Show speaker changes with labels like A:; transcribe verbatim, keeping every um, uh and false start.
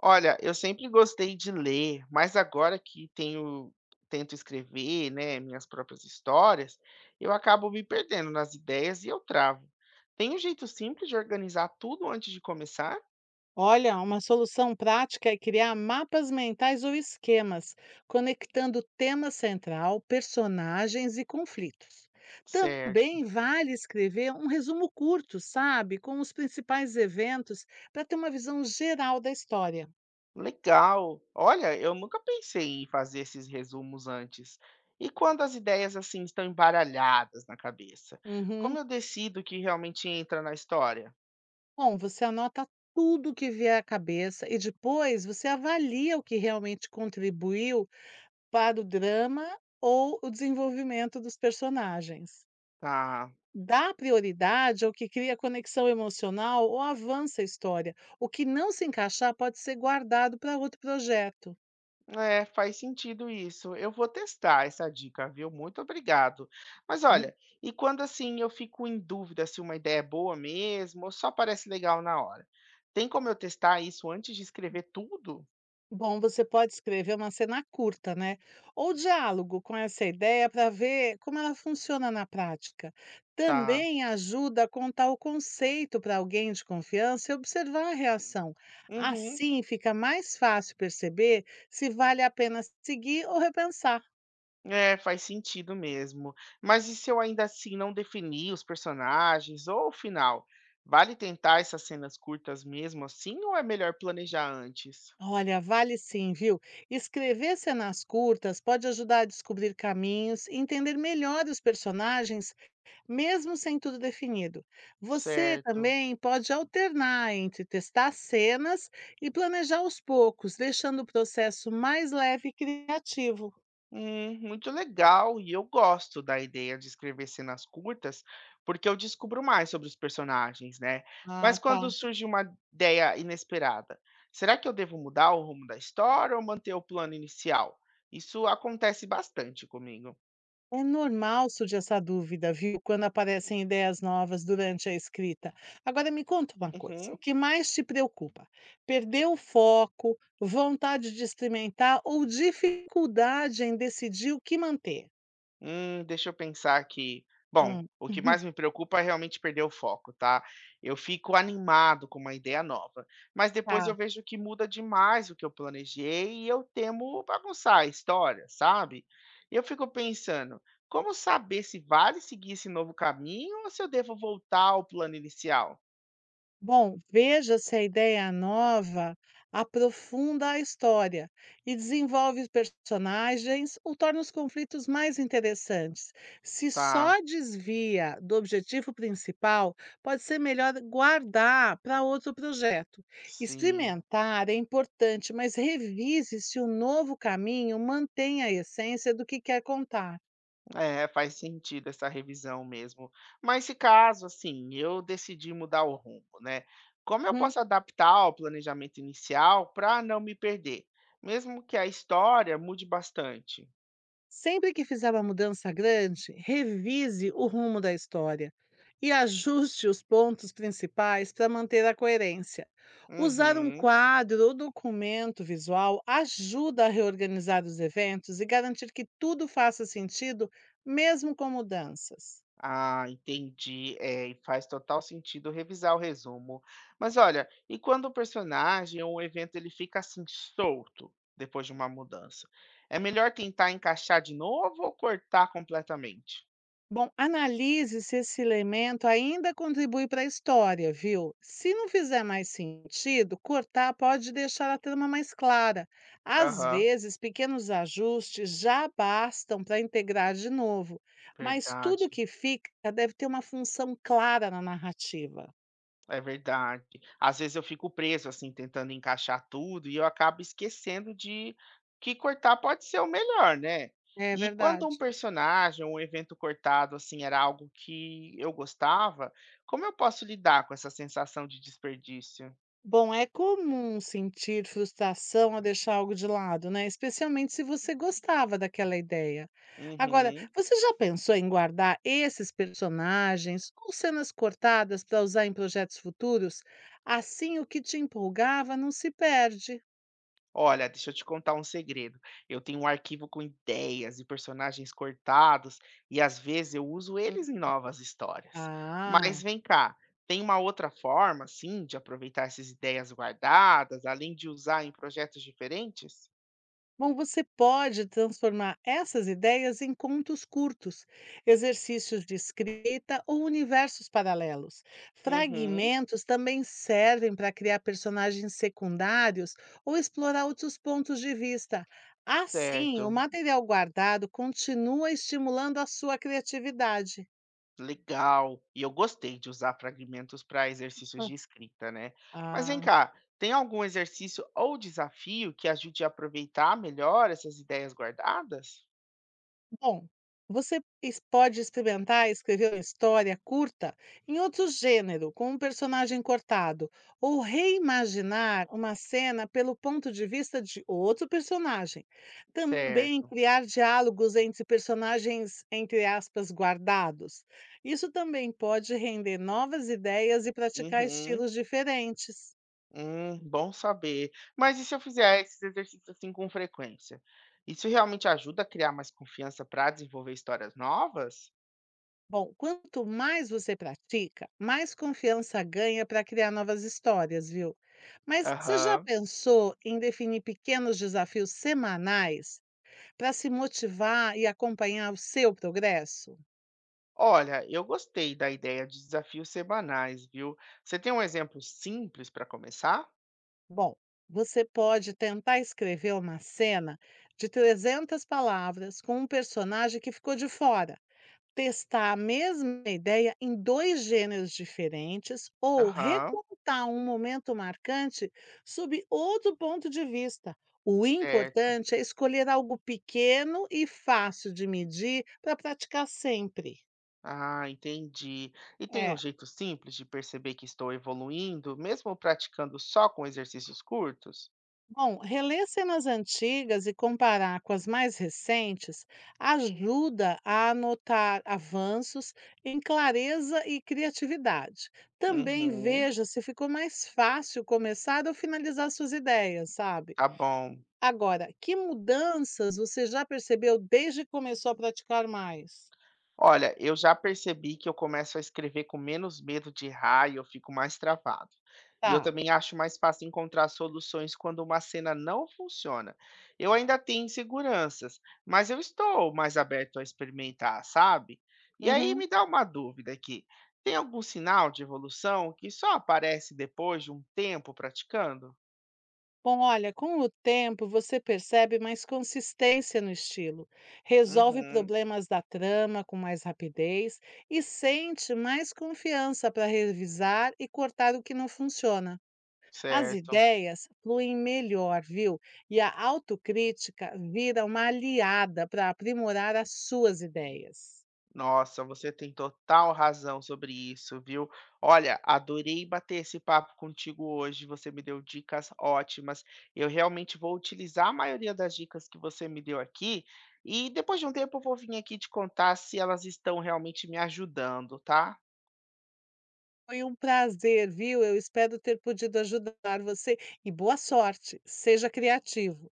A: Olha, eu sempre gostei de ler, mas agora que tenho tento escrever, né, minhas próprias histórias, eu acabo me perdendo nas ideias e eu travo. Tem um jeito simples de organizar tudo antes de começar?
B: Olha, uma solução prática é criar mapas mentais ou esquemas, conectando tema central, personagens e conflitos.
A: Certo.
B: Também vale escrever um resumo curto, sabe, com os principais eventos, para ter uma visão geral da história.
A: Legal. Olha, eu nunca pensei em fazer esses resumos antes. E quando as ideias assim estão embaralhadas na cabeça,
B: Uhum.
A: como eu decido o que realmente entra na história?
B: Bom, você anota tudo que vier à cabeça e depois você avalia o que realmente contribuiu para o drama ou o desenvolvimento dos personagens.
A: Tá.
B: Dá prioridade ao que cria conexão emocional ou avança a história. O que não se encaixar pode ser guardado para outro projeto.
A: É, faz sentido isso. Eu vou testar essa dica, viu? Muito obrigado. Mas
B: Uhum.
A: olha, e quando assim eu fico em dúvida se uma ideia é boa mesmo ou só parece legal na hora? Tem como eu testar isso antes de escrever tudo?
B: Bom, você pode escrever uma cena curta, né? Ou diálogo com essa ideia para ver como ela funciona na prática.
A: Tá.
B: Também ajuda a contar o conceito para alguém de confiança e observar a reação.
A: Uhum.
B: Assim fica mais fácil perceber se vale a pena seguir ou repensar.
A: É, faz sentido mesmo. Mas e se eu ainda assim não definir os personagens ou o final? Vale tentar essas cenas curtas mesmo assim ou é melhor planejar antes?
B: Olha, vale sim, viu? Escrever cenas curtas pode ajudar a descobrir caminhos e entender melhor os personagens, mesmo sem tudo definido. Você
A: Certo.
B: também pode alternar entre testar cenas e planejar aos poucos, deixando o processo mais leve e criativo.
A: Hum, muito legal, e eu gosto da ideia de escrever cenas curtas, porque eu descubro mais sobre os personagens, né?
B: Ah,
A: Mas quando
B: tá.
A: surge uma ideia inesperada, será que eu devo mudar o rumo da história ou manter o plano inicial? Isso acontece bastante comigo.
B: É normal surgir essa dúvida, viu, quando aparecem ideias novas durante a escrita. Agora me conta uma coisa, o
A: Uhum.
B: que mais te preocupa? Perder o foco, vontade de experimentar ou dificuldade em decidir o que manter?
A: Hum, deixa eu pensar aqui. Bom,
B: Hum,
A: o que mais me preocupa é realmente perder o foco, tá? Eu fico animado com uma ideia nova, mas depois eu
B: tá.
A: vejo que muda demais o que eu planejei e eu temo bagunçar a história, sabe? E eu fico pensando, como saber se vale seguir esse novo caminho ou se eu devo voltar ao plano inicial?
B: Bom, veja se a ideia nova aprofunda a história e desenvolve os personagens ou torna os conflitos mais interessantes. Se
A: Tá,
B: só desvia do objetivo principal, pode ser melhor guardar para outro projeto.
A: sim.
B: Experimentar é importante, mas revise se o novo caminho mantém a essência do que quer contar.
A: É, faz sentido essa revisão mesmo. Mas se caso, assim, eu decidir mudar o rumo, né? Como eu
B: Hum.
A: posso adaptar ao planejamento inicial para não me perder? Mesmo que a história mude bastante.
B: Sempre que fizer uma mudança grande, revise o rumo da história e ajuste os pontos principais para manter a coerência. Usar um
A: Uhum.
B: quadro ou documento visual ajuda a reorganizar os eventos e garantir que tudo faça sentido, mesmo com mudanças.
A: Ah, entendi. É, e faz total sentido revisar o resumo. Mas olha, e quando o personagem ou o evento ele fica assim solto depois de uma mudança? É melhor tentar encaixar de novo ou cortar completamente?
B: Bom, analise se esse elemento ainda contribui para a história, viu? Se não fizer mais sentido, cortar pode deixar a trama mais clara. Às
A: Aham,
B: vezes, pequenos ajustes já bastam para integrar de novo, mas tudo
A: verdade.
B: que fica deve ter uma função clara na narrativa.
A: É verdade. Às vezes eu fico preso, assim, tentando encaixar tudo e eu acabo esquecendo de que cortar pode ser o melhor, né?
B: É
A: E quando
B: verdade.
A: um personagem ou um evento cortado, assim, era algo que eu gostava, como eu posso lidar com essa sensação de desperdício?
B: Bom, é comum sentir frustração ao deixar algo de lado, né? Especialmente se você gostava daquela ideia. Agora,
A: Uhum.
B: você já pensou em guardar esses personagens ou cenas cortadas para usar em projetos futuros? Assim, o que te empolgava não se perde.
A: Olha, deixa eu te contar um segredo. Eu tenho um arquivo com ideias e personagens cortados, e às vezes eu uso
B: Hum,
A: eles em novas histórias.
B: Ah!
A: Mas vem cá, tem uma outra forma, sim, de aproveitar essas ideias guardadas, além de usar em projetos diferentes?
B: Bom, você pode transformar essas ideias em contos curtos, exercícios de escrita ou universos paralelos.
A: Uhum,
B: Fragmentos também servem para criar personagens secundários ou explorar outros pontos de vista. Assim, o
A: certo.
B: material guardado continua estimulando a sua criatividade.
A: Legal. E eu gostei de usar fragmentos para exercícios
B: Ah,
A: de escrita, né? Mas vem
B: ah.
A: cá, tem algum exercício ou desafio que ajude a aproveitar melhor essas ideias guardadas?
B: Bom, você es- pode experimentar escrever uma história curta em outro gênero, com um personagem cortado, ou reimaginar uma cena pelo ponto de vista de outro personagem. Também
A: Certo.
B: criar diálogos entre personagens, entre aspas, guardados. Isso também pode render novas ideias e praticar
A: Uhum.
B: estilos diferentes.
A: Hum, bom saber. Mas e se eu fizer esses exercícios assim com frequência? Isso realmente ajuda a criar mais confiança para desenvolver histórias novas?
B: Bom, quanto mais você pratica, mais confiança ganha para criar novas histórias, viu? Mas você já
A: Aham.
B: pensou em definir pequenos desafios semanais para se motivar e acompanhar o seu progresso?
A: Olha, eu gostei da ideia de desafios semanais, viu? Você tem um exemplo simples para começar?
B: Bom, você pode tentar escrever uma cena de trezentas palavras com um personagem que ficou de fora. Testar a mesma ideia em dois gêneros diferentes ou
A: Aham,
B: recontar um momento marcante sob outro ponto de vista. O
A: certo.
B: importante é escolher algo pequeno e fácil de medir para praticar sempre.
A: Ah, entendi. E tem um
B: É.
A: jeito simples de perceber que estou evoluindo, mesmo praticando só com exercícios curtos?
B: Bom, reler cenas antigas e comparar com as mais recentes ajuda a notar avanços em clareza e criatividade. Também
A: Uhum,
B: veja se ficou mais fácil começar ou finalizar suas ideias, sabe?
A: tá bom.
B: Agora, que mudanças você já percebeu desde que começou a praticar mais?
A: Olha, eu já percebi que eu começo a escrever com menos medo de errar e eu fico mais travado. E eu
B: Tá.
A: também acho mais fácil encontrar soluções quando uma cena não funciona. Eu ainda tenho inseguranças, mas eu estou mais aberto a experimentar, sabe? E aí
B: Uhum.
A: me dá uma dúvida aqui. Tem algum sinal de evolução que só aparece depois de um tempo praticando?
B: Bom, olha, com o tempo você percebe mais consistência no estilo, resolve
A: Uhum,
B: problemas da trama com mais rapidez e sente mais confiança para revisar e cortar o que não funciona. As
A: certo.
B: ideias fluem melhor, viu? E a autocrítica vira uma aliada para aprimorar as suas ideias.
A: Nossa, você tem total razão sobre isso, viu? Olha, adorei bater esse papo contigo hoje. Você me deu dicas ótimas. Eu realmente vou utilizar a maioria das dicas que você me deu aqui e depois de um tempo eu vou vir aqui te contar se elas estão realmente me ajudando, tá?
B: Foi um prazer, viu? Eu espero ter podido ajudar você e boa sorte, seja criativo.